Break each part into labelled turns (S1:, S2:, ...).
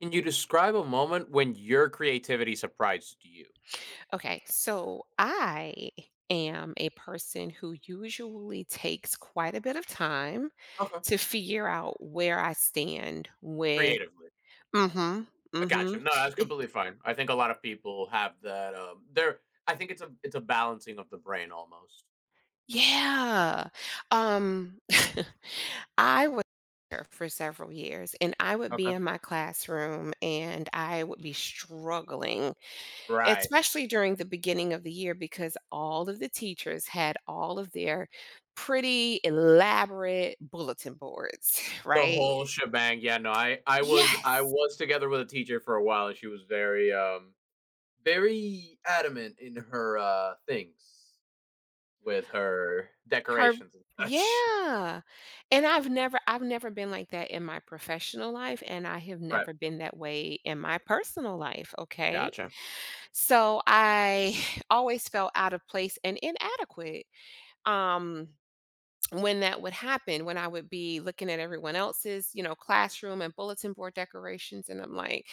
S1: Can you describe a moment when your creativity surprised you?
S2: Okay, so I am a person who usually takes quite a bit of time
S1: Okay.
S2: to figure out where I stand with.
S1: Creatively?
S2: Mhm.
S1: I got you.
S2: Mhm.
S1: No, that's
S2: it
S1: completely fine. I think a lot of people have that. I think it's a balancing of the brain almost.
S2: Yeah. um I was there for several years and I would be
S1: Okay.
S2: in my classroom and I would be struggling
S1: Right.
S2: especially during the beginning of the year because all of the teachers had all of their pretty elaborate bulletin boards,
S1: The
S2: right?
S1: whole shebang. Yeah, no, I was I
S2: Yes.
S1: was together with a teacher for a while and she was very very adamant in her things with her
S2: Her
S1: decorations and such.
S2: Yeah. And I've never been like that in my professional life, and I have
S1: Right.
S2: never been that way in my personal life, okay?
S1: Gotcha.
S2: So I always felt out of place and inadequate. Um when that would happen, when I would be looking at everyone else's, you know, classroom and bulletin board decorations, and I'm like,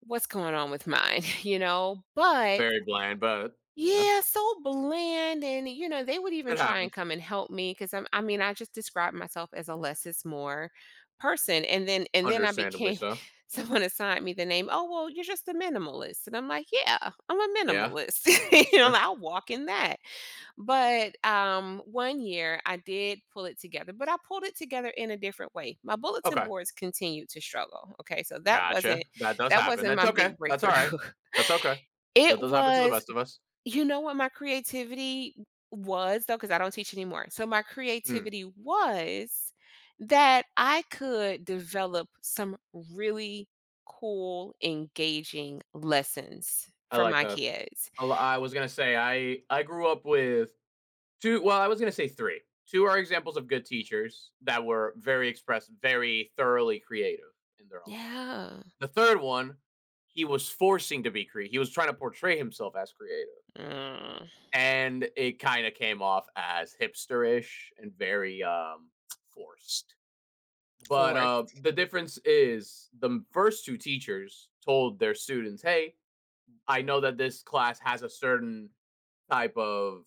S2: what's going on with mine, you know? But
S1: Very bland, but yeah,
S2: yeah, so bland. And, you know, they would even
S1: it
S2: try and
S1: happens.
S2: come and help me because I mean, I just described myself as a less is more person. And then, I
S1: Understandably
S2: became,
S1: so.
S2: someone assigned me the name, oh, well, you're just a minimalist. And I'm like, yeah, I'm a
S1: Yeah,
S2: minimalist.
S1: that's
S2: You know,
S1: true.
S2: I'll walk in that. But one year I did pull it together, but I pulled it together in a different way. My bulletin
S1: Okay,
S2: boards continued to struggle. Okay, so that
S1: gotcha.
S2: wasn't
S1: That does
S2: that
S1: happen.
S2: wasn't
S1: That's
S2: my
S1: okay.
S2: big
S1: That's
S2: breakthrough.
S1: alright. That's okay.
S2: It
S1: That does happen to the
S2: was,
S1: best of us.
S2: what my creativity was though, because I don't teach anymore. So my
S1: Mm,
S2: creativity was that I could develop some really cool, engaging lessons
S1: I
S2: for
S1: like
S2: my
S1: that.
S2: kids.
S1: I was gonna say, I grew up with 2, well, I was gonna say 3. 2 are examples of good teachers that were very thoroughly creative in their own way.
S2: Yeah.
S1: The 3rd one, he was forcing to be creative. He was trying to portray himself as creative,
S2: Mm.
S1: and it kinda came off as hipsterish and very, forced. But
S2: Force.
S1: the difference is the first two teachers told their students, "Hey, I know that this class has a certain type of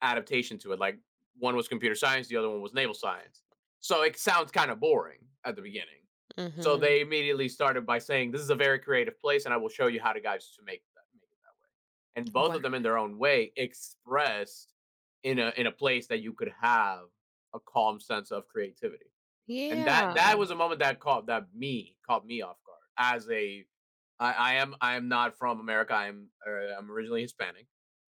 S1: adaptation to it. Like one was computer science, the other one was naval science. So it sounds kind of boring at the beginning." So
S2: Hmm.
S1: they immediately started by saying, "This is a very creative place, and I will show you how to guys to make it that way." And both
S2: Wow.
S1: of them, in their own way, expressed in a place that you could have a calm sense of creativity, and that
S2: Yeah.
S1: was a moment that caught me off guard as a— I am not from America. I'm originally Hispanic,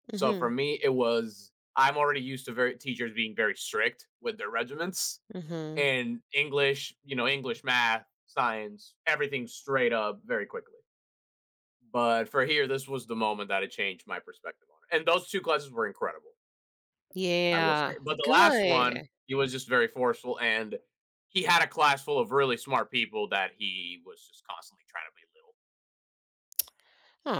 S1: so for
S2: Mhm,
S1: me it was I'm already used to very teachers being very strict with their regiments
S2: mhm.
S1: and English, you know, English, math, science, everything straight up very quickly. But for here, this was the moment that it changed my perspective on it. And those two classes were incredible. I will say.
S2: Yeah.
S1: But the last one,
S2: Good.
S1: he was just very forceful, and he had a class full of really smart people that he was just constantly trying to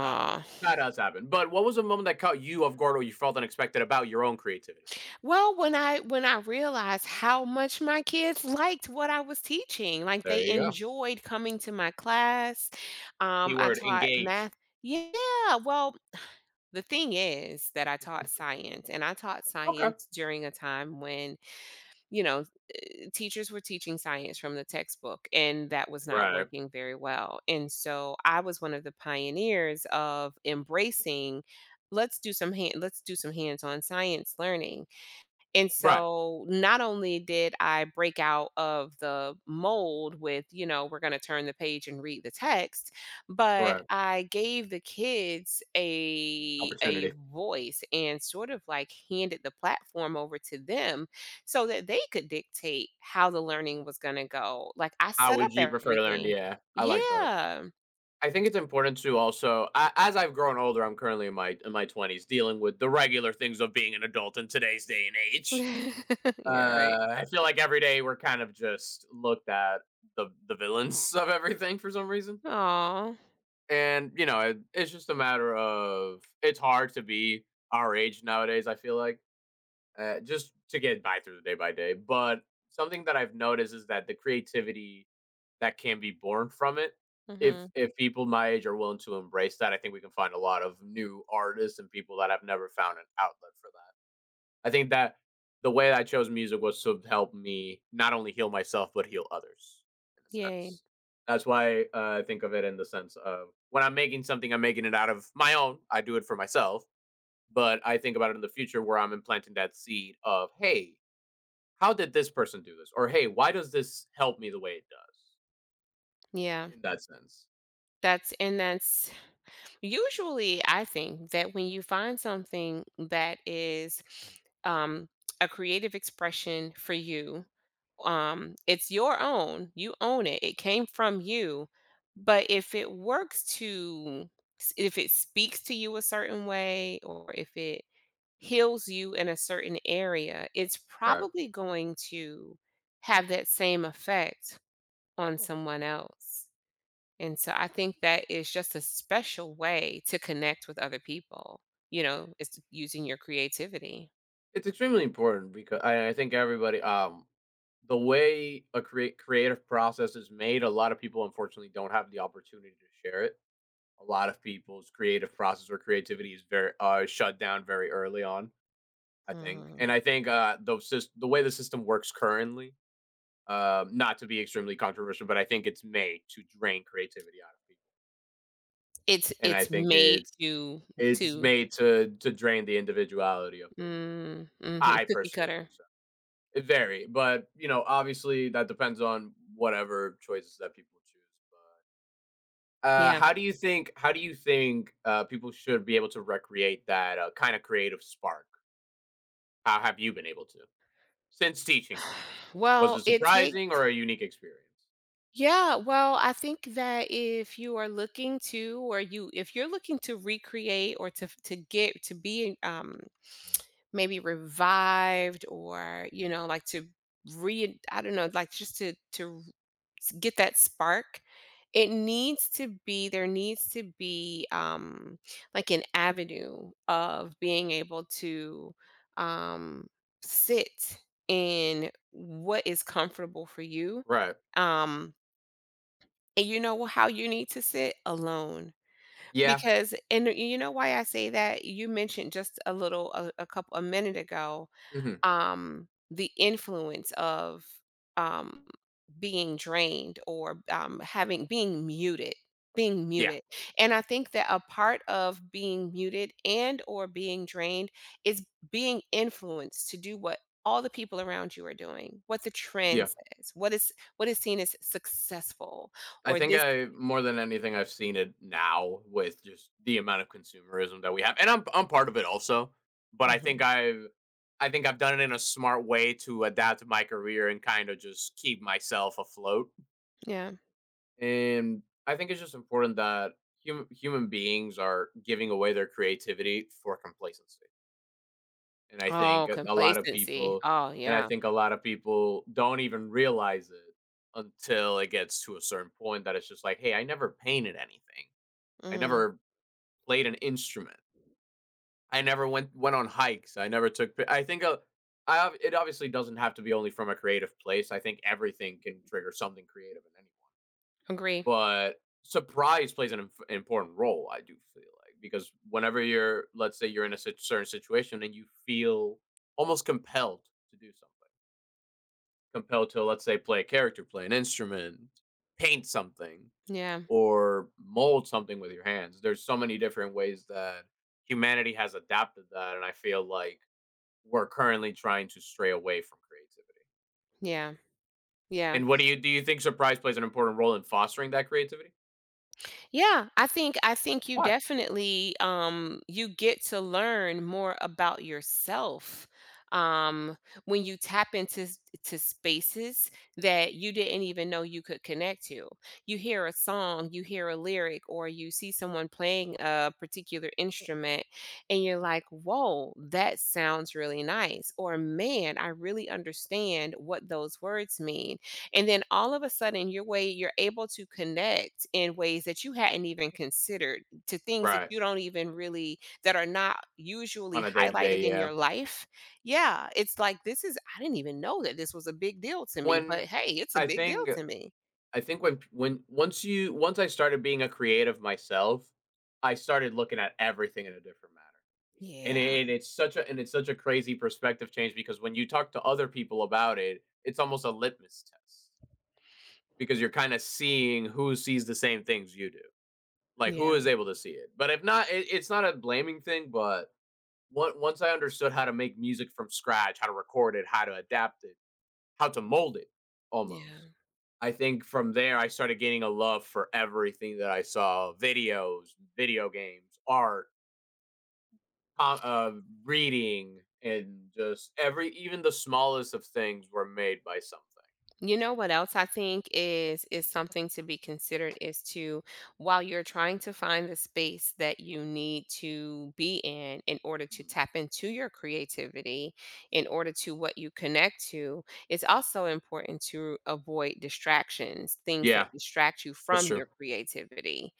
S1: belittle. So that does happen. But what was a moment that caught you off guard or you felt unexpected about your own creativity?
S2: Well, when I realized how much my kids liked what I was teaching, like,
S1: There
S2: they
S1: you go.
S2: enjoyed coming to my class, I
S1: Keyword
S2: taught
S1: engage.
S2: math. Yeah, well, the thing is that I taught science, and I taught
S1: Okay.
S2: science during a time when, you know, teachers were teaching science from the textbook, and that was not
S1: Right.
S2: working very well. And so I was one of the pioneers of embracing let's do some hands-on science learning, and
S1: Right.
S2: so not only did I break out of the mold with, you know, we're going to turn the page and read the text, but
S1: Right.
S2: I gave the kids a
S1: Opportunity.
S2: voice and sort of like handed the platform over to them so that they could dictate how the learning was going to go. Like I
S1: How
S2: set
S1: would
S2: up
S1: you prefer to learn?
S2: everything.
S1: Yeah, I like that.
S2: Yeah.
S1: I think it's important to also, as I've grown older, I'm currently in my 20s, dealing with the regular things of being an adult in today's day and age.
S2: Yeah, right.
S1: I feel like every day we're kind of just looked at the villains of everything for some reason,
S2: Oh.
S1: and you know it's just a matter of it's hard to be our age nowadays. I feel like just to get by through the day by day. But something that I've noticed is that the creativity that can be born from it,
S2: Mhm.
S1: if people my age are willing to embrace that, I think we can find a lot of new artists and people that have never found an outlet for that. I think that the way I chose music was to help me not only heal myself but heal others in a
S2: Yay.
S1: sense. That's why I think of it in the sense of when I'm making something, I'm making it out of my own. I do it for myself, but I think about it in the future where I'm implanting that seed of, hey, how did this person do this? Or hey, why does this help me the way it does?
S2: Yeah.
S1: In that sense,
S2: That's and that's Usually, I think that when you find something that is um, a creative expression for you, it's your own. You own it. It came from you. But if it works if it speaks to you a certain way, or if it heals you in a certain area, it's
S1: right?
S2: probably going to have that same effect on someone else. And so I think that is just a special way to connect with other people, you know, it's using your creativity.
S1: It's extremely important because I think everybody, the way a create creative process is made, a lot of people unfortunately don't have the opportunity to share it. A lot of people's creative process or creativity is very shut down very early on. I think, and
S2: Mhm.
S1: I think the way the system works currently, not to be extremely controversial, but I think it's made to drain creativity out of people,
S2: It's
S1: and I
S2: it's
S1: think
S2: made
S1: it's
S2: you
S1: it's
S2: to.
S1: made to drain the individuality of the human being.
S2: Mm, mhm.
S1: I
S2: Cookie
S1: personally
S2: cutter.
S1: think so. It vary, but, you know, obviously that depends on whatever choices that people choose, but,
S2: Yeah.
S1: how do you think people should be able to recreate that, kinda creative spark? How have you been able to? Since teaching almost. Was
S2: Well,
S1: it
S2: it takes.
S1: surprising or a unique experience?
S2: Yeah, well, I think that if you are looking if you're looking to recreate or to get to be maybe revived, or you know like to re I don't know like just to get that spark, it needs to be there needs to be like an avenue of being able to um sit in what is comfortable for you.
S1: Right.
S2: Um and you know how you need to sit? Alone.
S1: Yeah.
S2: Because and you know why I say that? You mentioned just a little a couple a minute ago,
S1: Mhm.
S2: the influence of um being drained or having being
S1: Yeah.
S2: muted and I think that a part of being muted and or being drained is being influenced to do what all the people around you are doing, what the trend
S1: Yeah.
S2: says, what is seen as successful
S1: I
S2: or
S1: think
S2: this.
S1: I more than anything I've seen it now with just the amount of consumerism that we have, and I'm part of it also. But
S2: Mhm.
S1: I think I've done it in a smart way to adapt my career and kind of just keep myself afloat.
S2: Yeah.
S1: And I think it's just important that human beings are giving away their creativity for complacency. And I think
S2: Oh,
S1: a lot of
S2: complacency.
S1: people
S2: Oh,
S1: and I
S2: yeah.
S1: think a lot of people don't even realize it until it gets to a certain point that it's just like, "Hey, I never painted anything. I
S2: Mm.
S1: never played an instrument. I never went on hikes. I never took pi—" I think, I ob it obviously doesn't have to be only from a creative place. I think everything can trigger something creative in anyone.
S2: Agree.
S1: But surprise plays an inf important role, I do feel like, because whenever you're let's say you're in a sit certain situation and you feel almost compelled to do something, compelled to, let's say, play a character, play an instrument, paint something,
S2: Yeah.
S1: or mold something with your hands. There's so many different ways that humanity has adapted that, and I feel like we're currently trying to stray away from creativity.
S2: Yeah. Yeah.
S1: And what do you think surprise plays an important role in fostering that creativity?
S2: Yeah, I think you
S1: Why?
S2: definitely you get to learn more about yourself um when you tap into to spaces that you didn't even know you could connect to. You hear a song, you hear a lyric or you see someone playing a particular instrument and you're like, "Whoa, that sounds really nice." Or, "Man, I really understand what those words mean." And then all of a sudden, your way you're able to connect in ways that you hadn't even considered to things that
S1: Right.
S2: you don't even really, that are not usually
S1: On a
S2: highlighted
S1: day-to-day,
S2: in
S1: yeah.
S2: your life. Yeah, it's like this is I didn't even know that this was a big deal to me, but
S1: When
S2: hey, it's a
S1: I
S2: big deal
S1: think
S2: to me.
S1: I think when once you once I started being a creative myself, I started looking at everything in a different manner, and
S2: Yeah.
S1: it's such a— and it's such a crazy perspective change because when you talk to other people about it, it's almost a litmus test because you're kinda seeing who sees the same things you do, like, who
S2: Yeah.
S1: is able to see it, but if not, it's not a blaming thing, but on once I understood how to make music from scratch, how to record it, how to adapt it, how to mold it, almost.
S2: Yeah.
S1: I think from there I started gaining a love for everything that I saw: videos, video games, art, com- uh, reading, and just every even the smallest of things were made by something.
S2: You know what else I think is something to be considered is to, while you're trying to find the space that you need to be in order to
S1: Mhm.
S2: tap into your creativity, in order to what you connect to, it's also important to avoid distractions, things that
S1: Yeah,
S2: distract you
S1: that's
S2: from
S1: true.
S2: your creativity.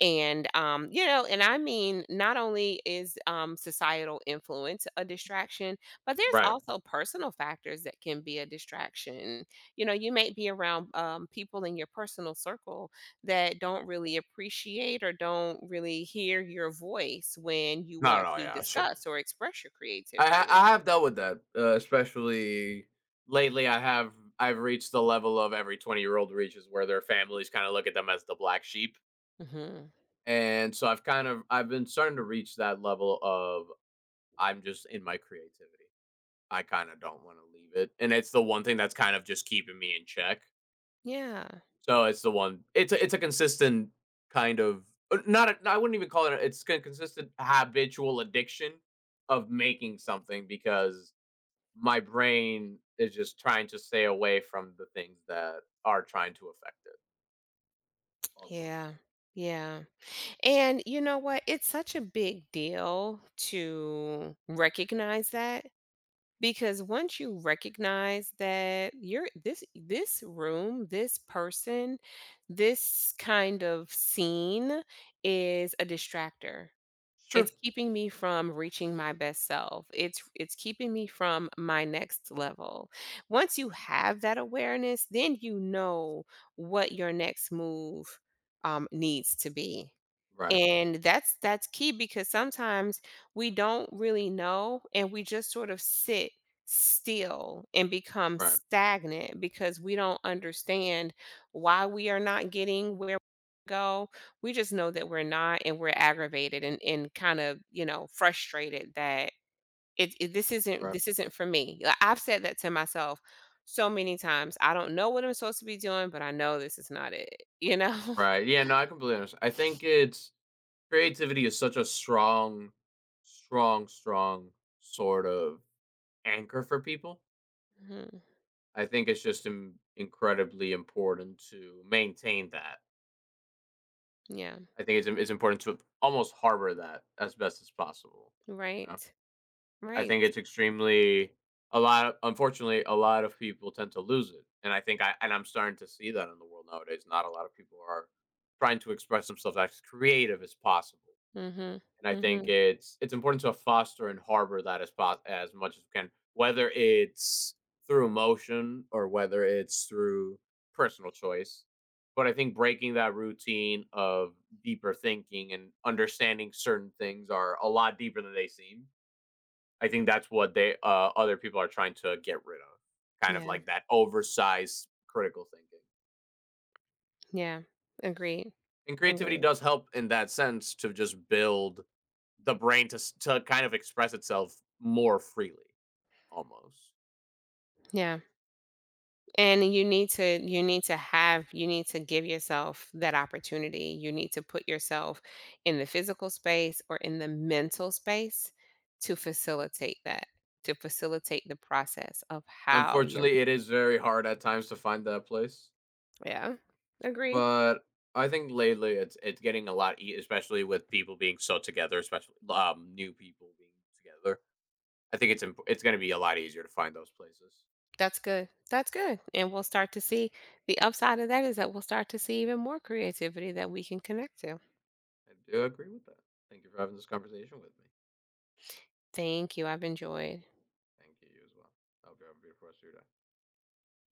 S2: And, you know, and I mean, not only is, societal influence a distraction, but there's
S1: Right?
S2: also personal factors that can be a distraction. You know, you may be around, people in your personal circle that don't really appreciate or don't really hear your voice when you
S1: No,
S2: want
S1: no,
S2: to
S1: yeah, sure.
S2: discuss or express your creativity.
S1: I have dealt with that, especially lately. I've reached the level of every 20 year old reaches where their families kind of look at them as the black sheep.
S2: Hmm.
S1: And so I've kind of I've been starting to reach that level of I'm just in my creativity. I kind of don't want to leave it, and it's the one thing that's kind of just keeping me in check.
S2: Yeah.
S1: So it's the one. It's a consistent kind of not. I wouldn't even call it. A, it's a consistent habitual addiction of making something because my brain is just trying to stay away from the things that are trying to affect it. Almost.
S2: Yeah. Yeah. And you know what? It's such a big deal to recognize that, because once you recognize that you're this room, this person, this kind of scene is a distractor, it's
S1: Sure.
S2: keeping me from reaching my best self, it's keeping me from my next level. Once you have that awareness, then you know what your next move needs to be.
S1: Right.
S2: And that's key, because sometimes we don't really know and we just sort of sit still and become
S1: Right.
S2: stagnant because we don't understand why we are not getting where we go. We just know that we're not, and we're aggravated, and, kind of, you know, frustrated that it this isn't
S1: Right.
S2: this isn't for me. Like, I've said that to myself so many times. I don't know what I'm supposed to be doing, but I know this is not it, you know?
S1: Right. Yeah. No, I completely understand. I think it's— creativity is such a strong sort of anchor for people.
S2: Mhm.
S1: I think it's just incredibly important to maintain that.
S2: Yeah,
S1: I think it's important to almost harbor that as best as possible. You know,
S2: right.
S1: I
S2: Right.
S1: think it's extremely a lot. Unfortunately, a lot of people tend to lose it, and I think I and I'm starting to see that in the world nowadays. Not a lot of people are trying to express themselves as creative as possible.
S2: Mhm.
S1: And I think
S2: Mhm.
S1: it's important to foster and harbor that as as much as we can, whether it's through emotion or whether it's through personal choice. But I think breaking that routine of deeper thinking and understanding certain things are a lot deeper than they seem. I think that's what they other people are trying to get rid of, kind of
S2: Yeah,
S1: like that oversized critical thinking.
S2: yeah. Agreed,
S1: And creativity
S2: agreed.
S1: does help in that sense to just build the brain to kind of express itself more freely almost.
S2: Yeah, and you need to have you need to give yourself that opportunity. You need to put yourself in the physical space or in the mental space to facilitate that, to facilitate the process of how you're.
S1: Unfortunately, it is very hard at times to find that place,
S2: Yeah. Agreed.
S1: but I think lately it's getting a lot, especially with people being so together, especially new people being together. I think it's going to be a lot easier to find those places.
S2: That's good. That's good, and we'll start to see the upside of that is that we'll start to see even more creativity that we can connect to.
S1: I do agree with that. Thank you for having this conversation with me.
S2: Thank you. I've enjoyed.
S1: Thank you you as well. I hope you have a beautiful rest of your day.